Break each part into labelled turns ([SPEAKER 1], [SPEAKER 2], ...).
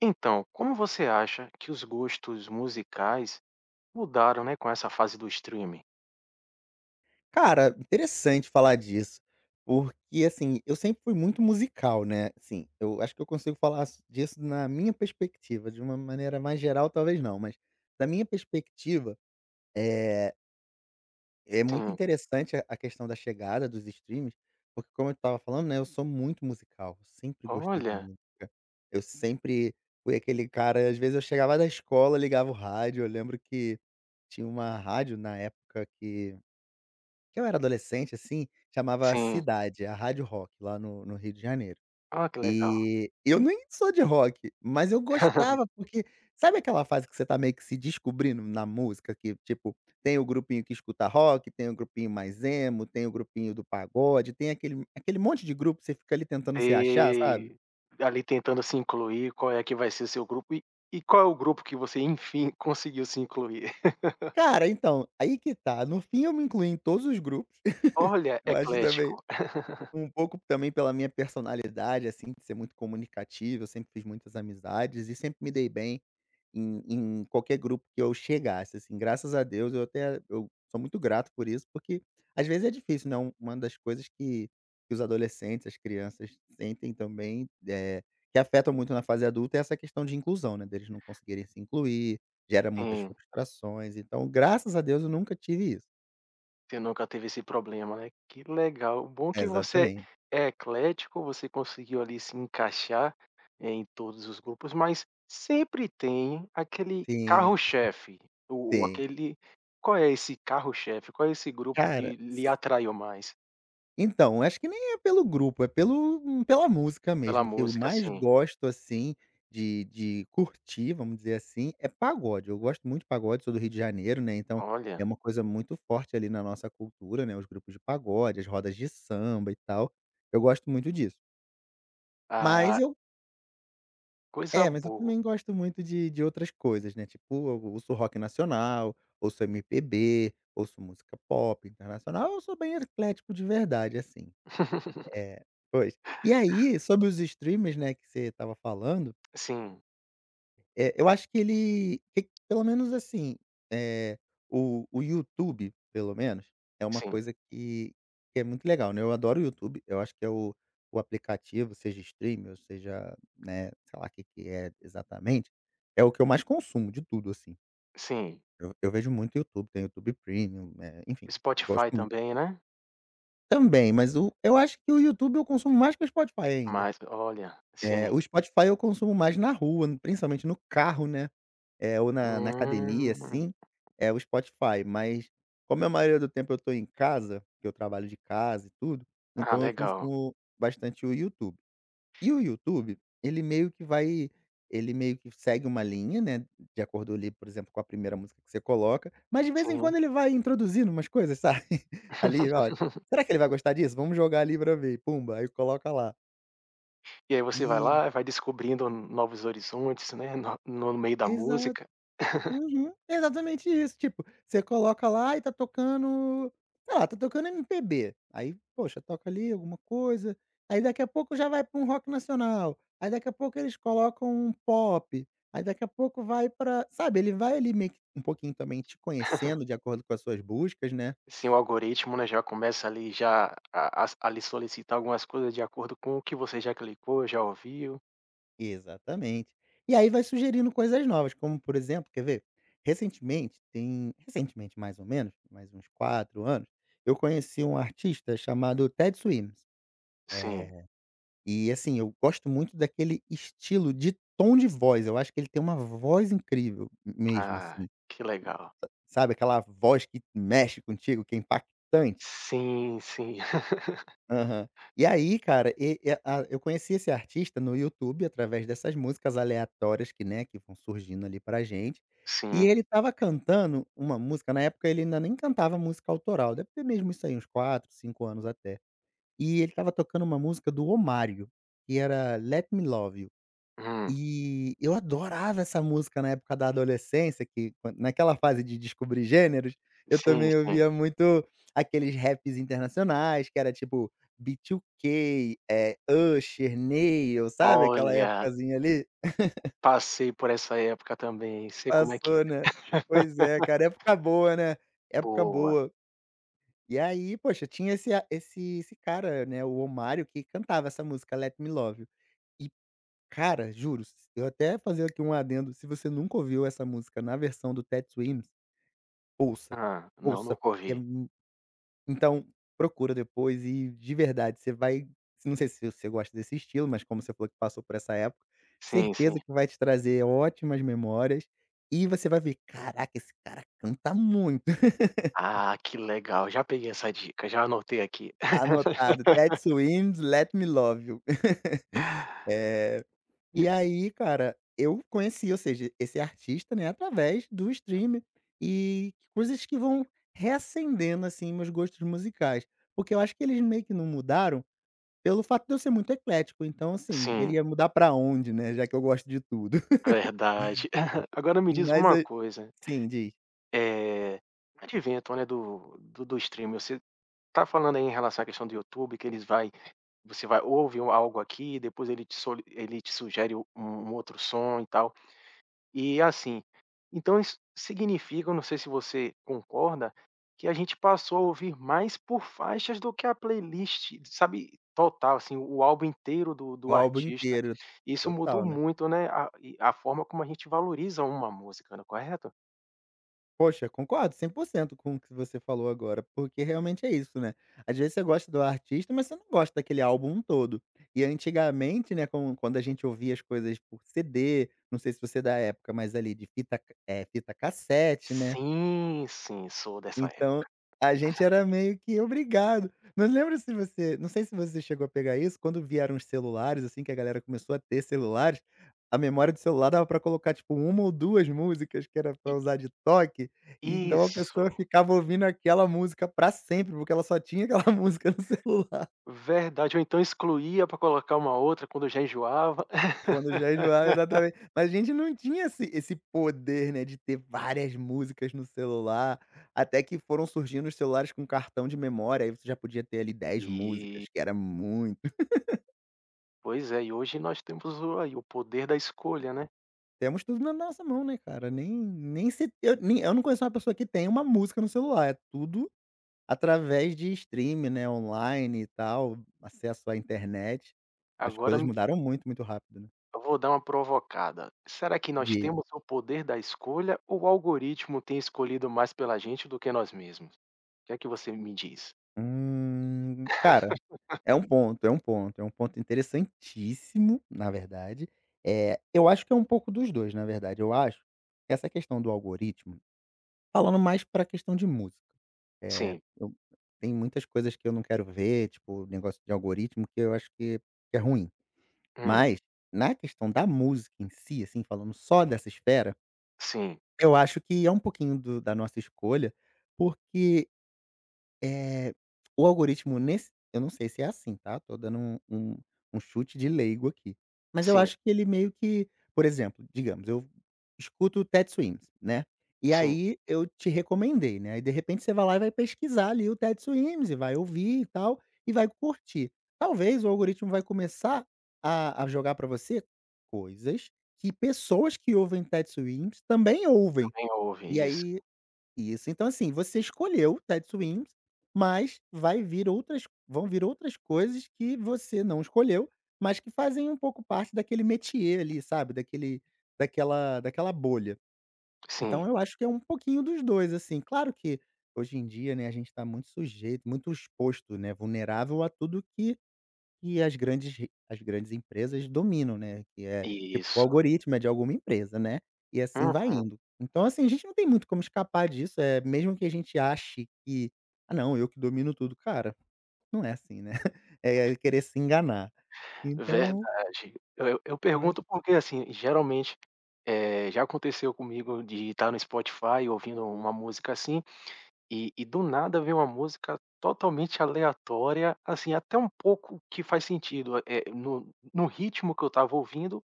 [SPEAKER 1] Então, como você acha que os gostos musicais mudaram, né, com essa fase do streaming?
[SPEAKER 2] Cara, interessante falar disso, porque, assim, eu sempre fui muito musical, né, assim, eu acho que eu consigo falar s disso na minha perspectiva, de uma maneira mais geral talvez não, mas da minha perspectiva, é é muito
[SPEAKER 1] Sim.
[SPEAKER 2] interessante a questão da chegada dos streams, porque como eu estava falando, né, eu sou muito musical, eu sempre gostei de
[SPEAKER 1] Olha,
[SPEAKER 2] música, eu sempre fui aquele cara às vezes eu chegava da escola, ligava o rádio, eu lembro que tinha uma rádio na época que eu era adolescente, assim, chamava
[SPEAKER 1] sim.
[SPEAKER 2] Cidade, a rádio rock lá no Rio de Janeiro.
[SPEAKER 1] Ah, que legal.
[SPEAKER 2] E eu nem sou de rock, mas eu gostava porque sabe aquela fase que você tá meio que se descobrindo na música, que tipo, tem o grupinho que escuta rock, tem o grupinho mais emo, tem o grupinho do pagode, tem aquele monte de grupo, que você fica ali tentando se achar, sabe.
[SPEAKER 1] E Ali tentando se incluir, qual é que vai ser o seu grupo e qual é o grupo que você, enfim, conseguiu se incluir?
[SPEAKER 2] Cara, então, aí que tá, no fim eu me incluí em todos os grupos.
[SPEAKER 1] Olha,
[SPEAKER 2] Eu acho também
[SPEAKER 1] eclético.
[SPEAKER 2] um pouco também pela minha personalidade, assim, de ser muito comunicativo, eu sempre fiz muitas amizades e sempre me dei bem em qualquer grupo que eu chegasse, assim, graças a Deus, eu sou muito grato por isso, porque às vezes é difícil, né, uma das coisas que os adolescentes, as crianças sentem também, é que afetam muito na fase adulta é essa questão de inclusão, né, deles não conseguirem se incluir, gera muitas
[SPEAKER 1] Sim.
[SPEAKER 2] frustrações, então graças a Deus eu nunca tive isso.
[SPEAKER 1] Você nunca teve esse problema, né? Que legal. Bom que você
[SPEAKER 2] Exatamente.
[SPEAKER 1] é eclético, você conseguiu ali se encaixar, em todos os grupos, mas sempre tem aquele
[SPEAKER 2] Sim,
[SPEAKER 1] carro-chefe, o
[SPEAKER 2] sim.
[SPEAKER 1] aquele qual é esse carro-chefe? Qual é esse grupo
[SPEAKER 2] Cara,
[SPEAKER 1] que lhe atraiu mais
[SPEAKER 2] então, acho que nem é pelo grupo, é pelo pela música
[SPEAKER 1] pela
[SPEAKER 2] mesmo, que eu
[SPEAKER 1] música,
[SPEAKER 2] mais
[SPEAKER 1] assim?
[SPEAKER 2] gosto, assim, de curtir, vamos dizer assim, é pagode. Eu gosto muito de pagode, sou do Rio de Janeiro, né, então é
[SPEAKER 1] Olha,
[SPEAKER 2] uma coisa muito forte ali na nossa cultura, né, os grupos de pagode, as rodas de samba e tal. Eu gosto muito disso. Mas
[SPEAKER 1] a
[SPEAKER 2] eu
[SPEAKER 1] coisa
[SPEAKER 2] mas eu
[SPEAKER 1] boa.
[SPEAKER 2] também gosto muito de outras coisas, né, tipo, eu ouço rock nacional, ouço MPB, ouço música pop internacional, eu sou bem eclético de verdade, assim. É, pois. E aí, sobre os streamers, né, que você estava falando,
[SPEAKER 1] Sim,
[SPEAKER 2] eu acho que ele que pelo menos assim, eh, o YouTube, pelo menos, é uma
[SPEAKER 1] sim,
[SPEAKER 2] coisa que é muito legal, né. Eu adoro o YouTube, eu acho que é o aplicativo, seja streaming ou seja, né, sei lá o que que é exatamente, é o que eu mais consumo de tudo, assim.
[SPEAKER 1] sim.
[SPEAKER 2] Eu vejo muito YouTube, tem YouTube Premium, enfim, gosto
[SPEAKER 1] Spotify
[SPEAKER 2] mu-
[SPEAKER 1] também, né?
[SPEAKER 2] também, mas o eu acho que o YouTube eu consumo mais que o Spotify ainda.
[SPEAKER 1] Mas olha,
[SPEAKER 2] É,
[SPEAKER 1] sim.
[SPEAKER 2] o Spotify eu consumo mais na rua, principalmente no carro, né, é ou na academia,
[SPEAKER 1] Hum.
[SPEAKER 2] assim, é o Spotify, mas como a maioria do tempo eu tô em casa, que eu trabalho de casa e tudo,
[SPEAKER 1] Ah,
[SPEAKER 2] então eu
[SPEAKER 1] legal.
[SPEAKER 2] consumo bastante o YouTube. E o YouTube, ele meio que segue uma linha, né, de acordo ali, por exemplo, com a primeira música que você coloca, mas de vez em
[SPEAKER 1] Sim.
[SPEAKER 2] quando ele vai introduzindo umas coisas, sabe, ali, "Olha, será que ele vai gostar disso? Vamos jogar ali pra ver", pumba, aí coloca lá.
[SPEAKER 1] E aí você vai
[SPEAKER 2] E
[SPEAKER 1] lá, vai descobrindo novos horizontes, né, no meio da
[SPEAKER 2] exato.
[SPEAKER 1] música.
[SPEAKER 2] Uhum, exatamente isso. Tipo, você coloca lá e tá tocando, sei lá, tá tocando MPB, aí, poxa, toca ali alguma coisa, aí daqui a pouco já vai pra um rock nacional, aí daqui a pouco eles colocam um pop, aí daqui a pouco vai pra sabe, ele vai ali meio que um pouquinho também te conhecendo de acordo com as suas buscas, né.
[SPEAKER 1] Sim, o algoritmo, né, já começa ali já a lhe solicitar algumas coisas de acordo com o que você já clicou, já ouviu.
[SPEAKER 2] Exatamente. E aí vai sugerindo coisas novas, como por exemplo, quer ver? Recentemente, tem recentemente mais ou menos, mais uns 4 anos, eu conheci um artista chamado Ted Swims.
[SPEAKER 1] Sim.
[SPEAKER 2] Eh, e assim, eu gosto muito daquele estilo de tom de voz, eu acho que ele tem uma voz incrível mesmo,
[SPEAKER 1] Ah,
[SPEAKER 2] assim,
[SPEAKER 1] que legal.
[SPEAKER 2] sabe aquela voz que mexe contigo, que é impactante?
[SPEAKER 1] Sim, sim.
[SPEAKER 2] Aham. E aí, cara, e a eu conheci esse artista no YouTube através dessas músicas aleatórias que, né, que vão surgindo ali pra gente,
[SPEAKER 1] Sim.
[SPEAKER 2] e ele estava cantando uma música na época ele ainda nem cantava música autoral, deve ter mesmo isso aí uns 4, 5 anos até. E ele estava tocando uma música do Ohmário, que era Let Me Love You.
[SPEAKER 1] Hum.
[SPEAKER 2] E eu adorava essa música na época da adolescência, que quan naquela fase de descobrir gêneros, eu
[SPEAKER 1] Sim,
[SPEAKER 2] também
[SPEAKER 1] sim.
[SPEAKER 2] ouvia muito aqueles raps internacionais, que era tipo B2K, Usher, Neil, sabe aquela
[SPEAKER 1] Olha,
[SPEAKER 2] épocazinha ali?
[SPEAKER 1] passei por essa época também, sei como é que
[SPEAKER 2] Passou, né.
[SPEAKER 1] é.
[SPEAKER 2] Pois é, cara, época boa, né, época
[SPEAKER 1] Boa.
[SPEAKER 2] boa. E aí, poxa, tinha esse a esse esse cara, né, o Omário, que cantava essa música Let Me Love You. Cara, juro, s eu até fazer aqui um adendo, se você nunca ouviu essa música na versão do Ted Stevens, ouça,
[SPEAKER 1] Hã. Não,
[SPEAKER 2] ouça,
[SPEAKER 1] nunca
[SPEAKER 2] porque é
[SPEAKER 1] ouvi.
[SPEAKER 2] mu então, procura depois e de verdade, você vai não sei se você gosta desse estilo, mas como você falou que passou por essa época,
[SPEAKER 1] Sim, sim.
[SPEAKER 2] certeza que vai te trazer ótimas memórias e você vai ver: "Caraca, esse cara canta muito".
[SPEAKER 1] Ah, que legal, já peguei essa dica, já anotei aqui.
[SPEAKER 2] Anotado, Ted Stevens, Let Me Love You. Eh,
[SPEAKER 1] E
[SPEAKER 2] e aí, cara, eu conheci, ou seja, esse artista, né, através do stream e coisas que vão reacendendo, assim, meus gostos musicais. Porque eu acho que eles meio que não mudaram pelo fato de eu ser muito eclético. Então, assim, ele
[SPEAKER 1] sim,
[SPEAKER 2] ia mudar pra onde, né, já que eu gosto de tudo.
[SPEAKER 1] verdade. Agora me diz
[SPEAKER 2] Mas,
[SPEAKER 1] uma
[SPEAKER 2] a
[SPEAKER 1] coisa,
[SPEAKER 2] Sim, diz.
[SPEAKER 1] eh, advento, né, do streaming, você tá falando aí em relação à questão do YouTube, que eles vai você vai ouve algo aqui, depois ele te sugere um outro som e tal. E assim, então isso significa, eu não sei se você concorda, que a gente passou a ouvir mais por faixas do que a playlist, sabe, total, assim, o álbum inteiro do
[SPEAKER 2] O
[SPEAKER 1] do
[SPEAKER 2] álbum
[SPEAKER 1] artista.
[SPEAKER 2] inteiro.
[SPEAKER 1] Isso mudou
[SPEAKER 2] Total, né.
[SPEAKER 1] muito, né, a e a forma como a gente valoriza uma música, né, correto?
[SPEAKER 2] Poxa, concordo 100% com o que você falou agora, porque realmente é isso, né. Às vezes você gosta do artista, mas você não gosta daquele álbum todo. E antigamente, né, com quando a gente ouvia as coisas por CD, não sei se você é da época, mas ali de fita, é fita cassete, né,
[SPEAKER 1] Sim, sim, sou dessa
[SPEAKER 2] então,
[SPEAKER 1] época.
[SPEAKER 2] a gente era meio que obrigado. Mas lembra se você não sei se você chegou a pegar isso, quando vieram os celulares, assim, que a galera começou a ter celulares, a memória do celular dava pra colocar, tipo, uma ou 2 músicas que era pra
[SPEAKER 1] E
[SPEAKER 2] usar de toque, e então a
[SPEAKER 1] isso,
[SPEAKER 2] pessoa ficava ouvindo aquela música pra sempre, porque ela só tinha aquela música no celular.
[SPEAKER 1] verdade, ou então excluía para colocar uma outra quando eu já enjoava.
[SPEAKER 2] Quando já enjoava, exatamente. Mas a gente não tinha esse poder, né, de ter várias músicas no celular, até que foram surgindo os celulares com cartão de memória, aí você já podia ter ali 10 músicas,
[SPEAKER 1] E
[SPEAKER 2] que era muito.
[SPEAKER 1] pois é, e hoje nós temos o aí o poder da escolha, né.
[SPEAKER 2] Temos tudo na nossa mão, né, cara, nem se eu não conheço uma pessoa que tem uma música no celular, é tudo através de streaming, né, online e tal, acesso à internet. As
[SPEAKER 1] Agora,
[SPEAKER 2] coisas mudaram muito, muito rápido, né.
[SPEAKER 1] eu vou dar uma provocada. Será que nós
[SPEAKER 2] De
[SPEAKER 1] temos o poder da escolha ou o algoritmo tem escolhido mais pela gente do que nós mesmos? O que é que você me diz?
[SPEAKER 2] Cara, é um ponto, é um ponto, é um ponto interessantíssimo, na verdade. Eh, eu acho que é um pouco dos 2, na verdade. Eu acho que essa questão do algoritmo falando mais para a questão de música, eh,
[SPEAKER 1] Sim.
[SPEAKER 2] eu tem muitas coisas que eu não quero ver, tipo, negócio de algoritmo que eu acho que é ruim.
[SPEAKER 1] Hum.
[SPEAKER 2] Mas, na questão da música em si, assim, falando só dessa esfera,
[SPEAKER 1] Sim.
[SPEAKER 2] eu acho que é um pouquinho do da nossa escolha, porque eh, o algoritmo nesse eu não sei se é assim, tá, tô dando um chute de leigo aqui, mas eu
[SPEAKER 1] Sim.
[SPEAKER 2] acho que ele meio que por exemplo, digamos, eu escuto o Ted Swims, né, e
[SPEAKER 1] Sim.
[SPEAKER 2] aí eu te recomendei, né, e de repente você vai lá e vai pesquisar ali o Ted Swims e vai ouvir e tal, e vai curtir. Talvez o algoritmo vai começar a jogar pra você coisas que pessoas que ouvem Ted Swims também ouvem,
[SPEAKER 1] Também houve
[SPEAKER 2] e
[SPEAKER 1] isso.
[SPEAKER 2] aí isso. Então, assim, você escolheu Ted Swims, mas vai vir outras vão vir outras coisas que você não escolheu, mas que fazem um pouco parte daquele métier ali, sabe, daquele daquela bolha.
[SPEAKER 1] Sim.
[SPEAKER 2] Então eu acho que é um pouquinho dos 2 assim. Claro que hoje em dia, né, a gente está muito sujeito, muito exposto, né, vulnerável a tudo que as grandes empresas dominam, né, que é, tipo, o
[SPEAKER 1] Isso.
[SPEAKER 2] algoritmo é de alguma empresa, né, e assim vai
[SPEAKER 1] Hum.
[SPEAKER 2] indo. Então, assim, a gente não tem muito como escapar disso, é mesmo que a gente ache que: "Ah, não, eu que domino tudo", cara, não é assim, né, é querer se enganar. Então,
[SPEAKER 1] Verdade. Eu
[SPEAKER 2] eu acho
[SPEAKER 1] pergunto porque, assim, geralmente, já aconteceu comigo de estar no Spotify ouvindo uma música assim. E do nada veio uma música totalmente aleatória, assim, até um pouco que faz sentido, no ritmo que eu estava ouvindo,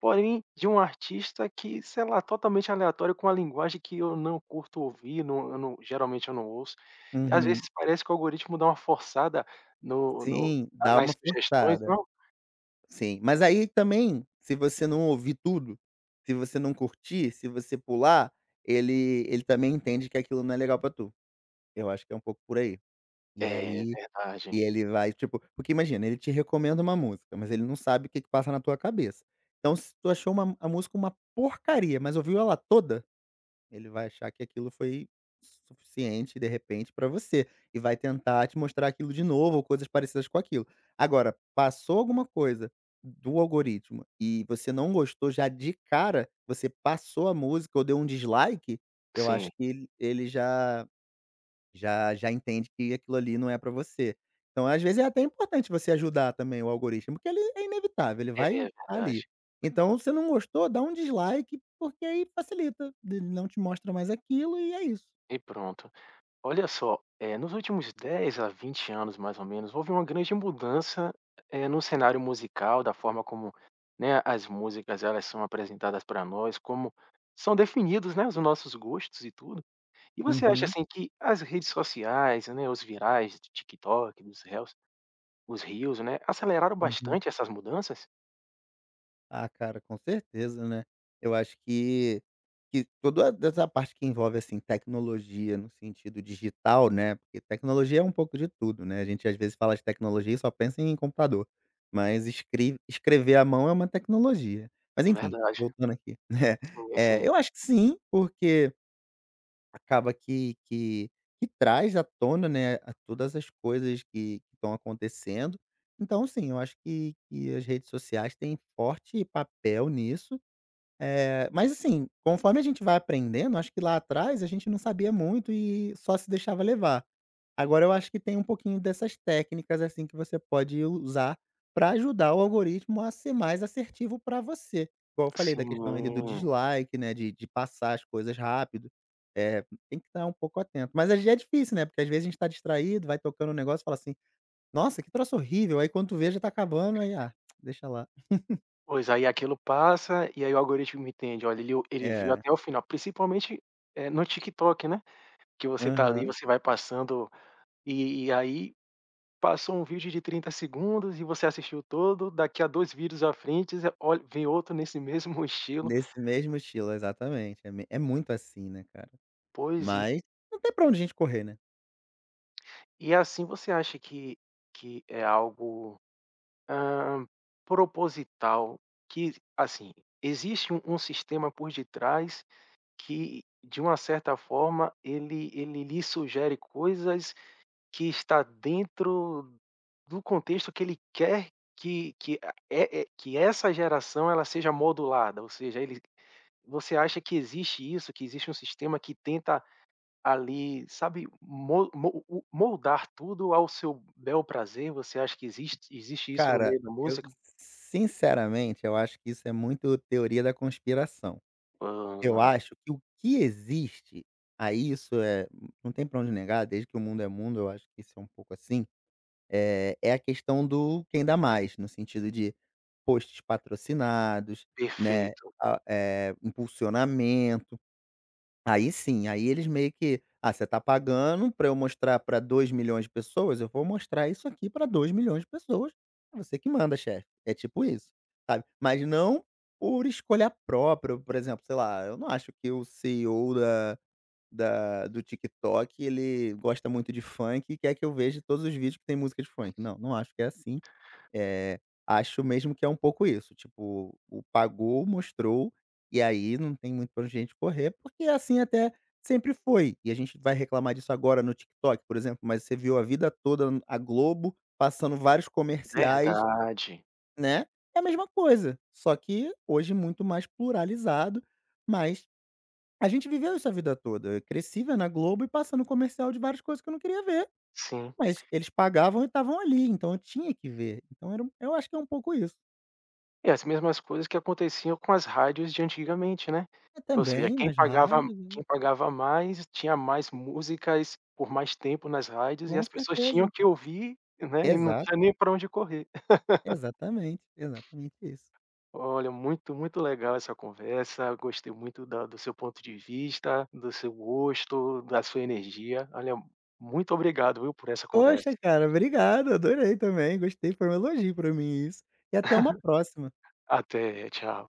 [SPEAKER 1] porém de um artista que, sei lá, totalmente aleatório, com uma linguagem que eu não curto ouvir, não, eu não geralmente eu não ouço. E às vezes
[SPEAKER 2] Uhum.
[SPEAKER 1] parece que o algoritmo dá uma forçada no no
[SPEAKER 2] Sim,
[SPEAKER 1] na
[SPEAKER 2] dá
[SPEAKER 1] nas
[SPEAKER 2] uma
[SPEAKER 1] sugestões,
[SPEAKER 2] forçada.
[SPEAKER 1] não?
[SPEAKER 2] Sim, mas aí também, se você não ouvir tudo, se você não curtir, se você pular, ele ele também entende que aquilo não é legal pra tu. Eu acho que é um pouco por aí. E
[SPEAKER 1] É,
[SPEAKER 2] aí
[SPEAKER 1] verdade.
[SPEAKER 2] ele vai, tipo porque imagina, ele te recomenda uma música, mas ele não sabe o que que passa na tua cabeça. Então se tu achou uma a música uma porcaria, mas ouviu ela toda, ele vai achar que aquilo foi suficiente, de repente, pra você, e vai tentar te mostrar aquilo de novo ou coisas parecidas com aquilo. Agora, passou alguma coisa do algoritmo e você não gostou já de cara, você passou a música ou deu um dislike, eu
[SPEAKER 1] Sim,
[SPEAKER 2] acho que ele já entende que aquilo ali não é para você. Então, às vezes, é até importante você ajudar também o algoritmo, porque ele é inevitável, ele
[SPEAKER 1] é
[SPEAKER 2] vai tá
[SPEAKER 1] verdade.
[SPEAKER 2] ali. Então, se não gostou, dá um dislike, porque aí facilita, ele não te mostra mais aquilo e é isso.
[SPEAKER 1] E pronto. Olha só, nos últimos 10 a 20 anos, mais ou menos, houve uma grande mudança, no cenário musical, da forma como, né, as músicas elas são apresentadas para nós, como são definidos, né, os nossos gostos e tudo. E você acha,
[SPEAKER 2] Uhum,
[SPEAKER 1] assim, que as redes sociais, né, os virais do TikTok, dos reels os reels, né, aceleraram
[SPEAKER 2] uhum.
[SPEAKER 1] bastante essas mudanças?
[SPEAKER 2] Ah, cara, com certeza, né. Eu acho que toda essa parte que envolve, assim, tecnologia no sentido digital, né, porque tecnologia é um pouco de tudo, né, a gente às vezes fala de tecnologia e só pensa em computador, mas escrever à mão é uma tecnologia. Mas enfim,
[SPEAKER 1] Verdade.
[SPEAKER 2] voltando aqui, né.
[SPEAKER 1] Sim,
[SPEAKER 2] É,
[SPEAKER 1] sim.
[SPEAKER 2] eu acho que sim, porque acaba que traz à tona, né, a todas as coisas que estão acontecendo. Então, sim, eu acho que as redes sociais têm forte papel nisso. É, mas assim, conforme a gente vai aprendendo, acho que lá atrás a gente não sabia muito e só se deixava levar. Agora eu acho que tem um pouquinho dessas técnicas, assim, que você pode usar para ajudar o algoritmo a ser mais assertivo para você. Igual eu falei da
[SPEAKER 1] Sim.
[SPEAKER 2] questão ali do dislike, né, de passar as coisas rápido. Eh, Tem que estar um pouco atento. Mas aí já é difícil, né, porque às vezes a gente está distraído, vai tocando um negócio e fala assim: "Nossa, que troço horrível", aí quando tu vê já tá acabando, aí: "Ah, deixa lá".
[SPEAKER 1] Pois, aí aquilo passa, e aí o algoritmo entende, olha, ele viu
[SPEAKER 2] É.
[SPEAKER 1] até o final, principalmente, no TikTok, né, que você tá ali,
[SPEAKER 2] Aham.
[SPEAKER 1] você vai passando, e aí passou um vídeo de 30 segundos e você assistiu todo, daqui a 2 vídeos à frente, você olha vem outro nesse mesmo estilo.
[SPEAKER 2] Desse mesmo estilo, exatamente. É me é muito assim, né, cara.
[SPEAKER 1] Pois, e
[SPEAKER 2] Mas não tem pra onde a gente correr, né?
[SPEAKER 1] e assim você acha que é algo, hã, proposital, que, assim, existe um sistema por detrás. Que, de uma certa forma, ele lhe sugere coisas que está dentro do contexto que ele quer que a é é que essa geração ela seja modulada, ou seja, ele você acha que existe isso, que existe um sistema que tenta ali, sabe, mo mo o moldar tudo ao seu bel prazer. Você acha que existe isso no
[SPEAKER 2] Cara,
[SPEAKER 1] meio da
[SPEAKER 2] eu,
[SPEAKER 1] música?
[SPEAKER 2] sinceramente, eu acho que isso é muito teoria da conspiração. Eu
[SPEAKER 1] Hã,
[SPEAKER 2] acho que o que existe, aí isso é não tem pra onde negar, desde que o mundo é mundo, eu acho que isso é um pouco assim, é a questão do quem dá mais, no sentido de posts patrocinados, né,
[SPEAKER 1] perfeito,
[SPEAKER 2] a impulsionamento. Aí sim, aí eles meio que: "Ah, você tá pagando para eu mostrar para 2 milhões de pessoas, eu vou mostrar isso aqui para 2 milhões de pessoas, é você que manda, chefe". É tipo isso, sabe. Mas não por escolha própria, por exemplo, sei lá, eu não acho que o CEO da do TikTok ele gosta muito de funk e quer que eu veja todos os vídeos que tem música de funk. Não, não acho que é assim. Eh, Acho mesmo que é um pouco isso, tipo, o pagou, mostrou, e aí não tem muito pra onde a gente correr, porque assim até sempre foi. E a gente vai reclamar disso agora no TikTok, por exemplo, mas você viu a vida toda a Globo passando vários comerciais,
[SPEAKER 1] verdade,
[SPEAKER 2] né, é a mesma coisa, só que hoje muito mais pluralizado, mas a gente viveu isso a vida toda. Eu cresci vendo a Globo e passando comercial de várias coisas que eu não queria ver,
[SPEAKER 1] sim.
[SPEAKER 2] mas eles pagavam e estavam ali, então eu tinha que ver. Então era um, eu acho que é um pouco isso.
[SPEAKER 1] E as mesmas coisas que aconteciam com as rádios de antigamente, né.
[SPEAKER 2] É,
[SPEAKER 1] Ou seja,
[SPEAKER 2] também
[SPEAKER 1] quem
[SPEAKER 2] nas
[SPEAKER 1] pagava
[SPEAKER 2] rádios, né,
[SPEAKER 1] quem pagava mais, tinha mais músicas por mais tempo nas rádios e
[SPEAKER 2] com
[SPEAKER 1] as pessoas tinham
[SPEAKER 2] certeza.
[SPEAKER 1] que ouvir, né, e não
[SPEAKER 2] Exato,
[SPEAKER 1] tinha nem pra onde correr.
[SPEAKER 2] exatamente, exatamente isso.
[SPEAKER 1] Olha, muito, muito legal essa conversa, gostei muito da do seu ponto de vista, do seu gosto, da sua energia. Olha, muito obrigado, viu, por essa conversa.
[SPEAKER 2] Poxa, cara, obrigado, adorei também, gostei, foi um elogio pra mim isso. E até uma próxima.
[SPEAKER 1] Até, tchau.